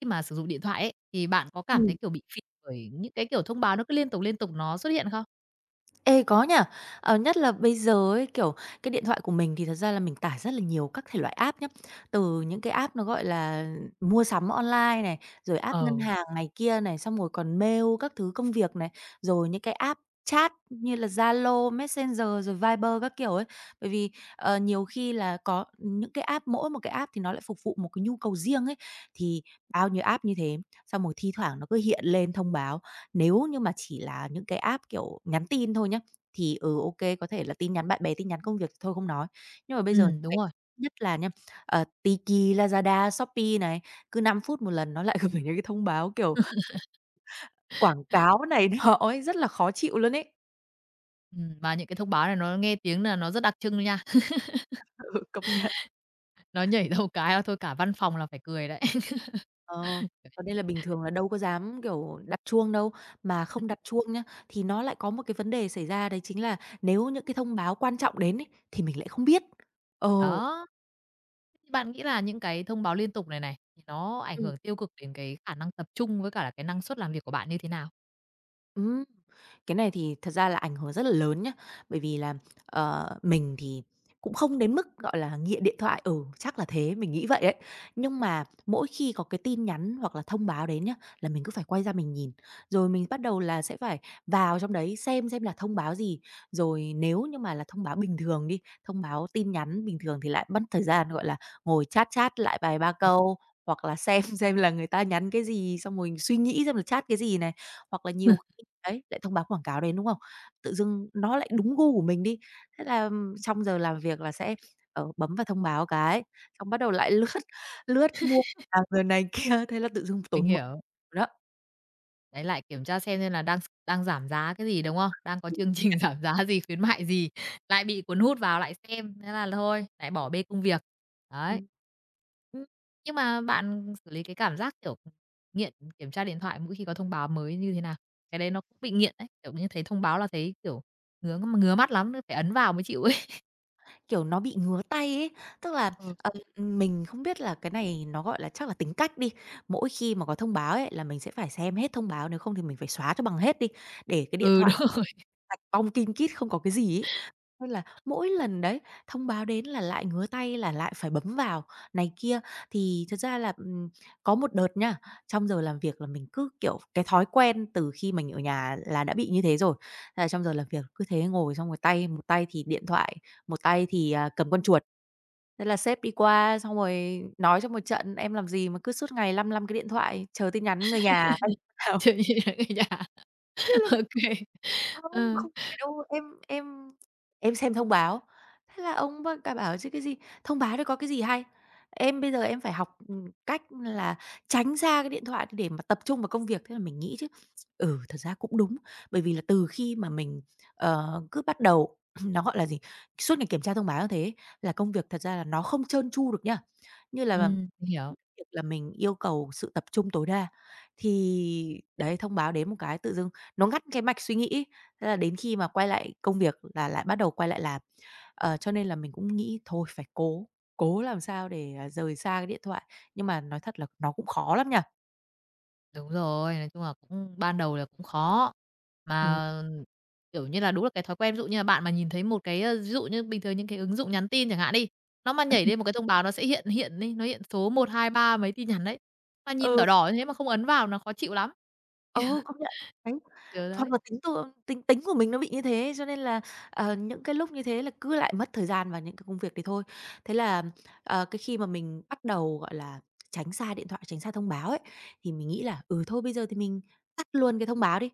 Khi mà sử dụng điện thoại ấy, thì bạn có cảm thấy, Ừm. kiểu, bị phì bởi những cái, kiểu, thông báo nó cứ liên tục nó xuất hiện không? Ê, có nha. Ờ, nhất là bây giờ ấy, cái điện thoại của mình thì thật ra là mình tải rất là nhiều các thể loại app nhá. Từ những cái app nó, mua sắm online này, rồi app ngân Ờ. hàng này kia này, xong rồi còn mail các thứ công việc này, rồi những cái app chat như là Zalo, Messenger, rồi Viber các kiểu ấy. Bởi vì, ờ, nhiều khi là có những cái app mỗi một cái app thì nó lại phục vụ một cái nhu cầu riêng ấy, thì bao nhiêu app như thế, xong rồi thi thoảng nó cứ hiện lên thông báo. Nếu như mà chỉ là những cái app, kiểu, nhắn tin thôi nhá, thì, ừ, ô kê, có thể là tin nhắn bạn bè, tin nhắn công việc thì thôi không nói. Nhưng mà bây giờ đúng cái rồi. nhất là nha, Tiki, Lazada, Shopee này, cứ 5 phút một lần nó lại gửi những cái thông báo, kiểu, quảng cáo này nọ ấy, rất là khó chịu luôn ấy. Mà những cái thông báo này nó nghe tiếng là nó rất đặc trưng nha, Ừ, công nhận. nó nhảy đâu cái là thôi cả văn phòng là phải cười đấy. Ờ, cho nên là bình thường là đâu có dám, kiểu, đặt chuông đâu, mà Ừm, không đặt chuông nhá, thì nó lại có một cái vấn đề xảy ra đấy chính là nếu những cái thông báo quan trọng đến ấy, thì mình lại không biết. Ờ. thì đó, thì bạn nghĩ là những cái thông báo liên tục này này, thì nó ảnh Ừm. hưởng tiêu cực đến cái khả năng tập trung với cả là cái năng suất làm việc của bạn như thế nào? Ừm, cái này thì thật ra là ảnh hưởng rất là lớn nhá. Bởi vì là, ờ, mình thì cũng không đến mức, gọi là, nghiện điện thoại, ừ, chắc là thế, mình nghĩ vậy đấy. Nhưng mà mỗi khi có cái tin nhắn hoặc là thông báo đến nhá, là mình cứ phải quay ra mình nhìn, rồi mình bắt đầu là sẽ phải vào trong đấy xem là thông báo gì. Rồi nếu như mà là thông báo bình thường đi, thông báo tin nhắn bình thường thì lại mất thời gian, gọi là, ngồi chat chat lại vài ba câu, hoặc là xem xem là người ta nhắn cái gì, xong rồi suy nghĩ xem là chat cái gì này. Hoặc là nhiều khi đấy, lại thông báo quảng cáo đến, đúng không? Tự dưng nó lại đúng gu của mình đi, thế là trong giờ làm việc là sẽ, bấm vào thông báo cái, xong bắt đầu lại lướt lướt mua hàng rồi này kia, thế là tự dưng Mình tốn mớ hiểu. đó. Đấy, lại kiểm tra xem là đang đang giảm giá cái gì, đúng không? Đang có Ừm, chương trình giảm giá gì, khuyến mại gì, lại bị cuốn hút vào lại xem, thế là thôi, lại bỏ bê công việc. Đấy. ừm, Ưm, nhưng mà bạn xử lý cái cảm giác, kiểu, nghiện kiểm tra điện thoại mỗi khi có thông báo mới như thế nào? Cái đấy nó cũng bị nghiện đấy, kiểu như, thấy thông báo là thấy, kiểu, ngứa ngứa mắt lắm, phải ấn vào mới chịu ấy. kiểu, nó bị ngứa tay ấy, tức là, Ừ, ờ, mình không biết là cái này nó, gọi là, chắc là tính cách đi, mỗi khi mà có thông báo ấy là mình sẽ phải xem hết thông báo, nếu không thì mình phải xóa cho bằng hết đi, để cái điện ừ, đúng thoại rồi, sạch bong kim kít không có cái gì ấy. Nên là mỗi lần đấy, thông báo đến là lại ngứa tay là lại phải bấm vào này kia. Thì thật ra là, có một đợt nha, trong giờ làm việc là mình cứ, kiểu, cái thói quen từ khi mình ở nhà là đã bị như thế rồi. Thế là trong giờ làm việc cứ thế ngồi xong rồi tay một tay thì điện thoại, một tay thì, à, cầm con chuột. Thế là sếp đi qua xong rồi nói trong một trận: "Em làm gì mà cứ suốt ngày lăm lăm cái điện thoại chờ tin nhắn người nhà?" chuyện gì đấy nha. Thế là Ô ok. không, Ừ, không phải đâu, em xem thông báo, thế là ông bác cả bảo chứ cái gì, thông báo đấy có cái gì hay. Em bây giờ em phải học, cách là tránh xa cái điện thoại để mà tập trung vào công việc. Thế là mình nghĩ chứ, ừ, thật ra cũng đúng, bởi vì là từ khi mà mình, cứ bắt đầu nó, gọi là gì, suốt ngày kiểm tra thông báo như thế là công việc thật ra là nó không trơn tru được nha. Như là mình hiểu. việc là mình yêu cầu sự tập trung tối đa. Thì đấy, thông báo đến một cái tự dưng nó ngắt cái mạch suy nghĩ ấy, thế là đến khi mà quay lại công việc là lại bắt đầu quay lại làm. Ờ, cho nên là mình cũng nghĩ thôi phải cố, cố làm sao để, à, rời xa cái điện thoại, nhưng mà nói thật là nó cũng khó lắm nhỉ. Đúng rồi, nói chung là cũng ban đầu là cũng khó. Ừm. Mà, kiểu như là, đúng là cái thói quen, ví dụ như là bạn mà nhìn thấy một cái, ơ, ví dụ như bình thường những cái ứng dụng nhắn tin chẳng hạn đi, nó mà nhảy lên một cái thông báo nó sẽ hiện hiện đi, nó hiện số một 2 3 mấy tin nhắn đấy, mà nhìn Ừ. đỏ đỏ như thế mà không ấn vào nó khó chịu lắm. Ừ, công nhận. Đấy, Kiểu hoặc đấy, là tính tôi tính tính của mình nó bị như thế, cho nên là, những cái lúc như thế là cứ lại mất thời gian vào những cái công việc đấy thôi. Thế là, cái khi mà mình bắt đầu, gọi là, tránh xa điện thoại, tránh xa thông báo ấy, thì mình nghĩ là "Ừ, thôi bây giờ thì mình tắt luôn cái thông báo đi."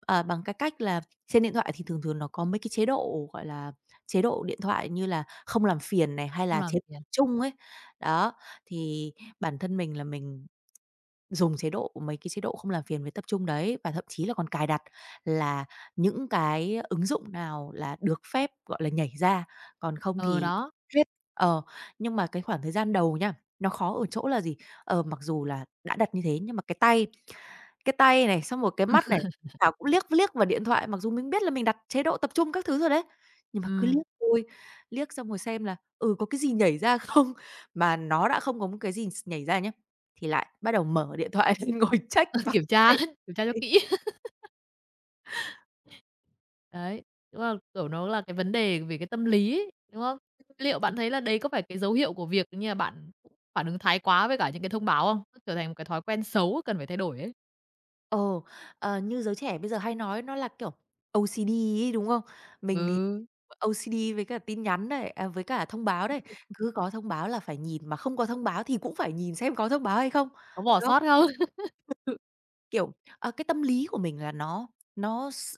Ờ, bằng cái cách là trên điện thoại thì thường thường nó có mấy cái chế độ, gọi là, chế độ điện thoại như là không làm phiền này, hay không là làm chế phiền. chung ấy. Đó, thì bản thân mình là mình dùng chế độ mấy cái chế độ không làm phiền với tập trung đấy, và thậm chí là còn cài đặt là những cái ứng dụng nào là được phép, gọi là, nhảy ra, còn không Ờ, thì đó, hết. Ờ, nhưng mà cái khoảng thời gian đầu nha, nó khó ở chỗ là gì? Ờ, mặc dù là đã đặt như thế nhưng mà cái tay này, xong rồi cái mắt này, thảo cũng liếc liếc vào điện thoại, mặc dù mình biết là mình đặt chế độ tập trung các thứ rồi đấy, nhưng mà cứ ừm, liếc thôi, liếc xong rồi xem là, ừ, có cái gì nhảy ra không? Mà nó đã không có một cái gì nhảy ra nhé thì lại bắt đầu mở điện thoại ngồi check vào kiểm ngày tra, kiểm tra cho thì kỹ. Đấy, đúng là, kiểu, nó là cái vấn đề về cái tâm lý ấy, đúng không? Liệu bạn đúng thấy là đấy có phải cái dấu hiệu của việc như là bạn cũng phản ứng thái quá với cả những cái thông báo không? Nó trở thành một cái thói quen xấu cần phải thay đổi ấy. ờ, như giới trẻ bây giờ hay nói nó là, kiểu, OCD ấy, đúng không? Ừ. Mình thì OCD với cả tin nhắn này, à, với cả thông báo này, cứ có thông báo là phải nhìn, mà không có thông báo thì cũng phải nhìn xem có thông báo hay không, Có bỏ đúng không? sót không? Kiểu, cái tâm lý của mình là nó s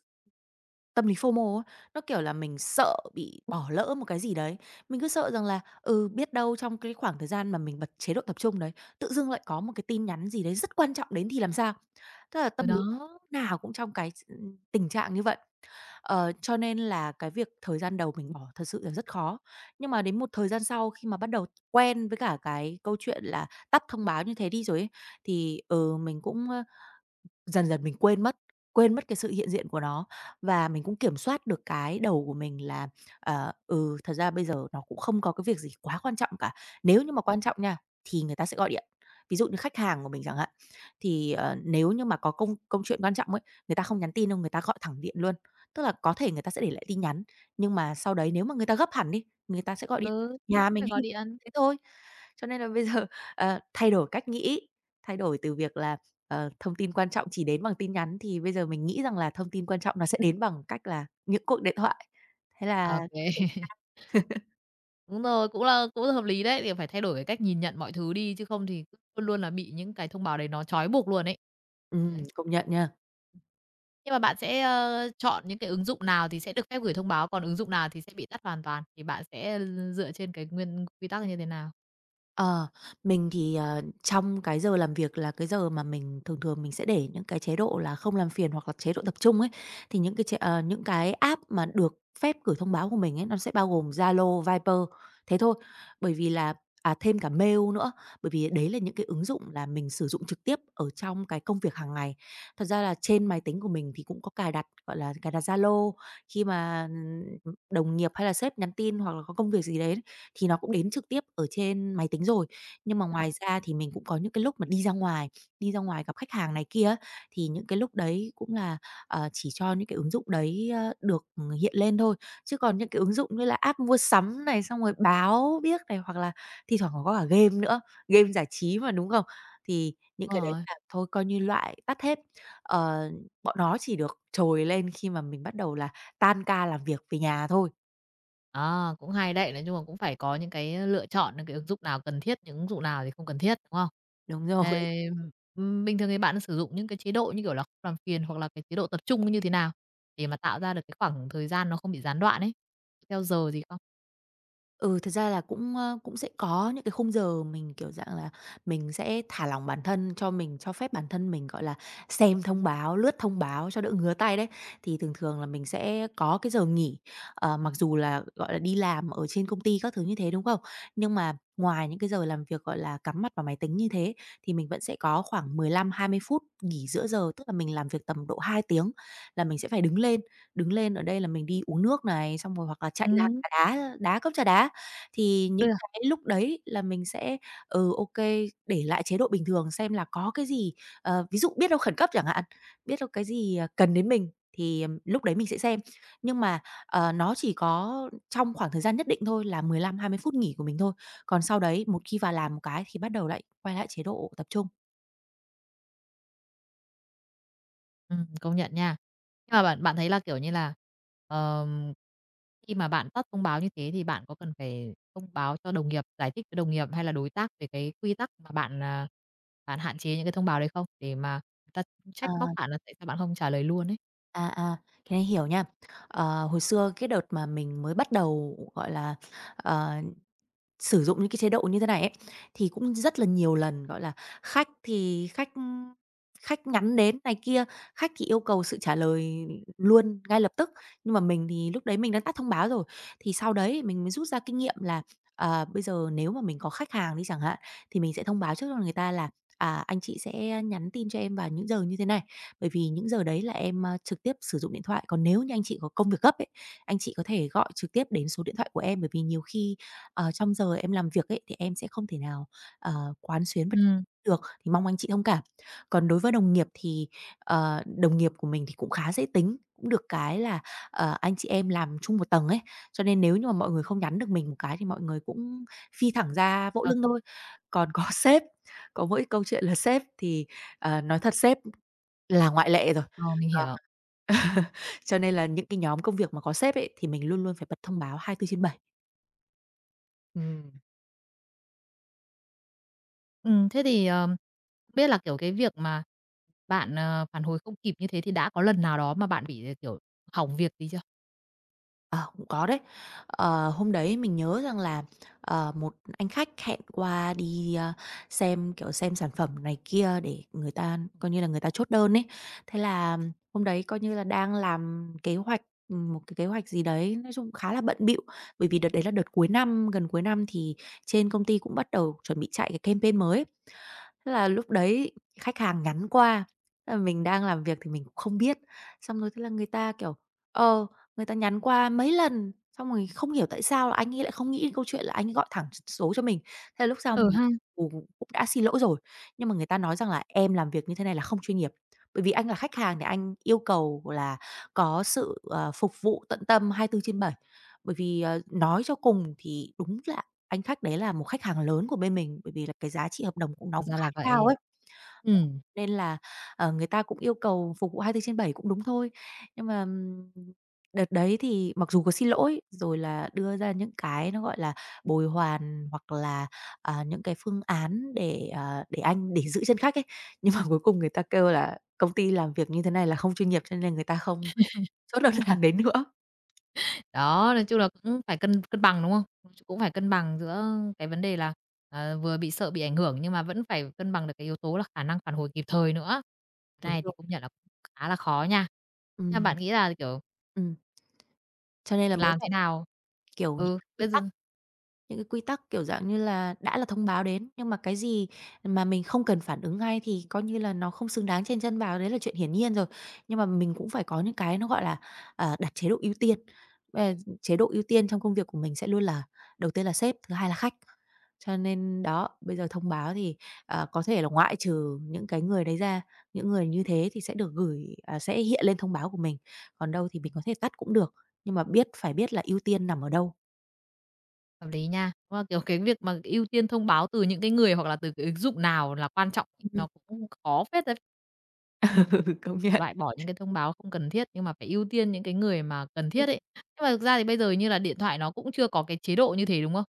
tâm lý FOMO á, nó, kiểu là, mình sợ bị bỏ lỡ một cái gì đấy. Mình cứ sợ rằng là, ừ, biết đâu trong cái khoảng thời gian mà mình bật chế độ tập trung đấy, tự dưng lại có một cái tin nhắn gì đấy rất quan trọng đến thì làm sao? Tức là Ừ, tâm lý lúc đó, nào cũng trong cái s tình trạng như vậy. Ờ, cho nên là cái việc thời gian đầu mình bỏ thật sự là rất khó. Nhưng mà đến một thời gian sau khi mà bắt đầu quen với cả cái câu chuyện là tắt thông báo như thế đi rồi ấy, thì, ừ, dần dần mình quên mất cái sự hiện diện của nó và mình cũng kiểm soát được cái đầu của mình là, ừ, thật ra bây giờ nó cũng không có cái việc gì quá quan trọng cả. Nếu như mà quan trọng nha, thì người ta sẽ gọi điện. Ví dụ như khách hàng của mình chẳng hạn, thì, nếu như mà có công công chuyện quan trọng ấy, người ta không nhắn tin đâu, người ta gọi thẳng điện luôn. Tức là có thể người ta sẽ để lại tin nhắn, nhưng mà sau đấy nếu mà người ta gấp hẳn đi, người ta sẽ gọi điện, ừ, sao nhà mình phải gọi hay điện. thế thôi. Cho nên là bây giờ, thay đổi cách nghĩ, thay đổi từ việc là thông tin quan trọng chỉ đến bằng tin nhắn thì bây giờ mình nghĩ rằng là thông tin quan trọng nó sẽ đến bằng cách là những cuộc điện thoại. Thế là OK. Đúng rồi, cũng là hợp lý đấy, thì phải thay đổi cái cách nhìn nhận mọi thứ đi, chứ không thì cứ luôn luôn là bị những cái thông báo đấy nó trói buộc luôn ấy. Đấy. công nhận nha. Nhưng mà bạn sẽ, chọn những cái ứng dụng nào thì sẽ được phép gửi thông báo, còn ứng dụng nào thì sẽ bị tắt hoàn toàn, thì bạn sẽ dựa trên cái quy tắc như thế nào? Ờ, mình thì, trong cái giờ làm việc là cái giờ mà mình thường thường mình sẽ để những cái chế độ là không làm phiền hoặc là chế độ tập trung ấy, thì những cái app mà được phép gửi thông báo của mình ấy, nó sẽ bao gồm Zalo, Viber, thế thôi. Bởi vì là à, thêm cả mail nữa, bởi vì đấy là những cái ứng dụng là mình sử dụng trực tiếp ở trong cái công việc hàng ngày. Thật ra là trên máy tính của mình thì cũng có cài đặt, gọi là, cài đặt Zalo khi mà, đồng nghiệp hay là sếp nhắn tin hoặc là có công việc gì đấy thì nó cũng đến trực tiếp ở trên máy tính rồi. Nhưng mà ngoài ra thì mình cũng có những cái lúc mà đi ra ngoài gặp khách hàng này kia á, thì những cái lúc đấy cũng là, chỉ cho những cái ứng dụng đấy, được, hiện lên thôi. Chứ còn những cái ứng dụng như là app mua sắm này, xong rồi báo biết này, hoặc là thi thoảng còn có cả game nữa, game giải trí mà, đúng không? Thì những cái đấy Đúng. là thôi coi như loại tắt hết. Ờ, Bọn nó chỉ được trồi lên khi mà mình bắt đầu là tan ca làm việc về nhà thôi. À, cũng hay đấy. Nói chung là cũng phải có những cái lựa chọn những cái ứng dụng nào cần thiết, những ứng dụng nào thì không cần thiết, đúng không? Đúng rồi. Thế, bình thường thì bạn sử dụng những cái chế độ như kiểu là không làm phiền hoặc là cái chế độ tập trung như thế nào để mà tạo ra được cái khoảng thời gian nó không bị gián đoạn ấy? Theo giờ gì không? Ừ, thật ra là cũng sẽ có những cái khung giờ mình, kiểu dạng là, mình sẽ thả lỏng bản thân cho mình cho phép bản thân mình, gọi là, xem thông báo, lướt thông báo cho đỡ ngứa tay đấy. Thì thường thường là mình sẽ có cái giờ nghỉ, mặc dù là, gọi là, đi làm ở trên công ty các thứ như thế, đúng không? Nhưng mà ngoài những cái giờ làm việc, gọi là, cắm mặt vào máy tính như thế, thì mình vẫn sẽ có khoảng 15-20 phút nghỉ giữa giờ, tức là mình làm việc tầm độ 2 tiếng là mình sẽ phải đứng lên. Đứng lên ở đây là mình đi uống nước này, xong rồi hoặc là chạy ra Ừm. trà đá, đá cốc trà đá. Thì những cái lúc đấy là mình sẽ, ok để lại chế độ bình thường xem là có cái gì, ví dụ biết đâu khẩn cấp chẳng hạn, biết đâu cái gì, cần đến mình thì, lúc đấy mình sẽ xem. Nhưng mà, nó chỉ có trong khoảng thời gian nhất định thôi là 15-20 phút nghỉ của mình thôi, còn sau đấy một khi vào làm một cái thì bắt đầu lại quay lại chế độ tập trung. Công nhận nha. Nhưng mà bạn bạn thấy là, kiểu như là, ờm, khi mà bạn tắt thông báo như thế thì bạn có cần phải thông báo cho đồng nghiệp, giải thích với đồng nghiệp hay là đối tác về cái quy tắc mà bạn bạn hạn chế những cái thông báo đấy không? Để mà người ta À, trách móc bạn là tại sao bạn không trả lời luôn ấy. à, cái này hiểu nha. Hồi xưa cái đợt mà mình mới bắt đầu, gọi là, ờ Sử dụng những cái chế độ như thế này ấy, thì cũng rất là nhiều lần, gọi là, khách thì khách, khách nhắn đến này kia, khách thì yêu cầu sự trả lời luôn ngay lập tức, nhưng mà mình thì lúc đấy mình đã tắt thông báo rồi. Thì sau đấy mình mới rút ra kinh nghiệm là, bây giờ nếu mà mình có khách hàng đi chẳng hạn, thì mình sẽ thông báo trước cho người ta là "À, anh chị sẽ nhắn tin cho em vào những giờ như thế này, bởi vì những giờ đấy là em, trực tiếp sử dụng điện thoại. Còn nếu như anh chị có công việc gấp ấy, anh chị có thể gọi trực tiếp đến số điện thoại của em, bởi vì nhiều khi trong giờ em làm việc ấy, thì em sẽ không thể nào, quán xuyến bất Ừm. được, thì mong anh chị thông cảm. Còn đối với đồng nghiệp thì, đồng nghiệp của mình thì cũng khá dễ tính, cũng được cái là, anh chị em làm chung một tầng ấy, cho nên nếu như mà mọi người không nhắn được mình một cái thì mọi người cũng phi thẳng ra vỗ Ờ, lưng thôi. Còn có sếp, có mỗi câu chuyện là sếp thì, nói thật sếp là ngoại lệ rồi. ờ, mình Ờ, hiểu. cho nên là những cái nhóm công việc mà có sếp ấy, thì mình luôn luôn phải bật thông báo 24 trên bảy. Thế thì, không biết là, kiểu, cái việc mà bạn phản hồi không kịp như thế thì đã có lần nào đó mà bạn bị, kiểu, hỏng việc gì chưa? Ờ, cũng có đấy. Hôm đấy mình nhớ rằng là, một anh khách hẹn qua đi, xem, kiểu, xem sản phẩm này kia để người ta coi như là người ta chốt đơn ấy. Thế là hôm đấy coi như là đang làm kế hoạch, một cái kế hoạch gì đấy, nói chung khá là bận bịu, bởi vì đợt đấy là đợt cuối năm, gần cuối năm thì trên công ty cũng bắt đầu chuẩn bị chạy cái campaign mới ấy. Thế là lúc đấy khách hàng nhắn qua, thế là mình đang làm việc thì mình cũng không biết, xong rồi thế là người ta, kiểu, ờ Người ta nhắn qua mấy lần, xong rồi không hiểu tại sao là anh ấy lại không nghĩ đến câu chuyện là anh ấy gọi thẳng số cho mình. Thế là lúc sau Ừ mình, ha. ừ, cũng đã xin lỗi rồi, nhưng mà người ta nói rằng là "Em làm việc như thế này là không chuyên nghiệp, bởi vì anh là khách hàng thì anh yêu cầu là có sự, phục vụ tận tâm 24/7. Bởi vì, nói cho cùng thì đúng là anh khách đấy là một khách hàng lớn của bên mình, bởi vì là cái giá trị hợp đồng cũng nó Hóa cũng ra khá là cao vậy. ấy. Ừ. Nên là, người ta cũng yêu cầu phục vụ 24/7 cũng đúng thôi. Nhưng mà, đợt đấy thì mặc dù có xin lỗi, rồi là đưa ra những cái nó, gọi là, bồi hoàn hoặc là, những cái phương án để, để anh để giữ chân khách ấy, nhưng mà cuối cùng người ta kêu là "Công ty làm việc như thế này là không chuyên nghiệp cho nên người ta không chốt đơn hàng đến nữa." Đó, nói chung là cũng phải cân cân bằng, đúng không? Cũng phải cân bằng giữa cái vấn đề là, vừa bị sợ bị ảnh hưởng nhưng mà vẫn phải cân bằng được cái yếu tố là khả năng phản hồi kịp thời nữa. Cái Đúng này thì rồi. cũng nhận là cũng khá là khó nha. Thế Ừm, bạn nghĩ là, kiểu, ừm, cho nên là mới làm phải, thế nào. kiểu, những Ừ, quy bây tắc. giờ Những cái quy tắc, kiểu, dạng như là, đã là thông báo đến, nhưng mà cái gì mà mình không cần phản ứng ngay thì coi như là nó không xứng đáng chen chân vào, đấy là chuyện hiển nhiên rồi. Nhưng mà mình cũng phải có những cái nó, gọi là, đặt chế độ ưu tiên. Ờ, Chế độ ưu tiên trong công việc của mình sẽ luôn là đầu tiên là sếp, thứ hai là khách. Cho nên đó, bây giờ thông báo thì, có thể là ngoại trừ những cái người đấy ra, những người như thế thì sẽ được sẽ hiện lên thông báo của mình, còn đâu thì mình có thể tắt cũng được, nhưng mà phải biết là ưu tiên nằm ở đâu. hợp lý nha. Đúng là, kiểu, cái việc mà ưu tiên thông báo từ những cái người hoặc là từ cái ứng dụng nào là quan trọng nó cũng khó phết đấy, Ừ, công nhận. loại bỏ những cái thông báo không cần thiết nhưng mà phải ưu tiên những cái người mà cần thiết ấy. Nhưng mà thực ra thì bây giờ như là điện thoại nó cũng chưa có cái chế độ như thế, đúng không?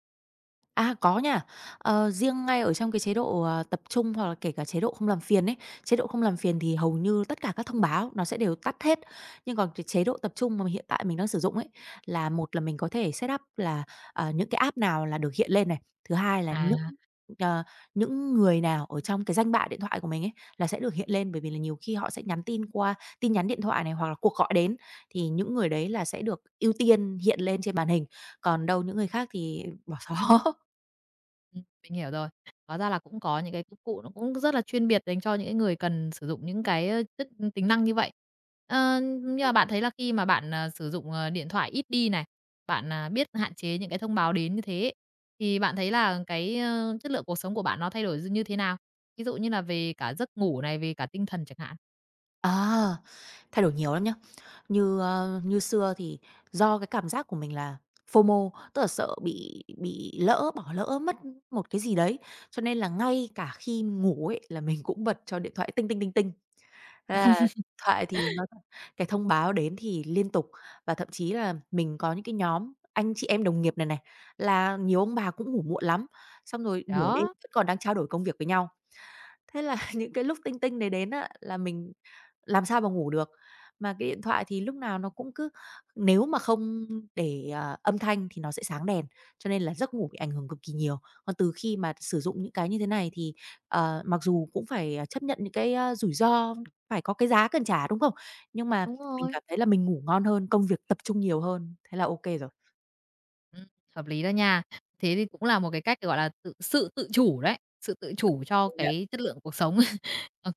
À, có nha. Riêng ngay ở trong cái chế độ, tập trung hoặc là kể cả chế độ không làm phiền ấy, chế độ không làm phiền thì hầu như tất cả các thông báo nó sẽ đều tắt hết. Nhưng còn cái chế độ tập trung mà hiện tại mình đang sử dụng ấy, là một là mình có thể set up là, những cái app nào là được hiện lên này, thứ hai là À. ờ, những người nào ở trong cái danh bạ điện thoại của mình ấy là sẽ được hiện lên. Bởi vì là nhiều khi họ sẽ nhắn tin qua tin nhắn điện thoại này hoặc là cuộc gọi đến, thì những người đấy là sẽ được ưu tiên hiện lên trên màn hình, còn đâu những người khác thì bỏ xó. Mình hiểu rồi. Hóa ra là cũng có những cái công cụ nó cũng rất là chuyên biệt dành cho những cái người cần sử dụng những cái, ơ, chức tính năng như vậy. Ờ, nhưng mà bạn thấy là khi mà bạn sử dụng, điện thoại ít đi này, bạn biết hạn chế những cái thông báo đến như thế ấy, thì bạn thấy là cái, chất lượng cuộc sống của bạn nó thay đổi như thế nào? Ví dụ như là về cả giấc ngủ này, về cả tinh thần chẳng hạn. À, thay đổi nhiều lắm nhá. Như xưa thì do cái cảm giác của mình là FOMO, tức là sợ bị lỡ, bỏ lỡ mất một cái gì đấy, cho nên là ngay cả khi ngủ ấy là mình cũng bật cho điện thoại tinh tinh tinh tinh. Thế là điện thoại thì nó cái thông báo đến thì liên tục và thậm chí là mình có những cái nhóm anh chị em đồng nghiệp này này, là nhiều ông bà cũng ngủ muộn lắm, xong rồi nửa đêm Đó, vẫn còn đang trao đổi công việc với nhau. Thế là những cái lúc tinh tinh đấy đến á là mình làm sao mà ngủ được. Mà cái điện thoại thì lúc nào nó cũng cứ nếu mà không để, âm thanh thì nó sẽ sáng đèn, cho nên là giấc ngủ bị ảnh hưởng cực kỳ nhiều. Còn từ khi mà sử dụng những cái như thế này thì, mặc dù cũng phải, chấp nhận những cái, rủi ro, phải có cái giá cần trả, đúng không? Nhưng mà đúng mình rồi. cảm thấy là mình ngủ ngon hơn, công việc tập trung nhiều hơn, thế là ok rồi. Ừm, Hợp lý đó nha. Thế thì cũng là một cái cách, gọi là, sự tự chủ đấy, sự tự chủ cho Công nhận. cái chất lượng cuộc sống. OK,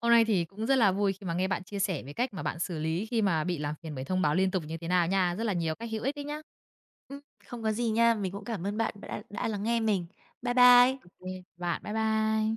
hôm nay thì cũng rất là vui khi mà nghe bạn chia sẻ về cách mà bạn xử lý khi mà bị làm phiền bởi thông báo liên tục như thế nào nha. Rất là nhiều cách hữu ích đấy nhá. Ừm, Không có gì nha, mình cũng cảm ơn bạn đã lắng nghe mình. Bye bye. Ô bạn. Bye bye.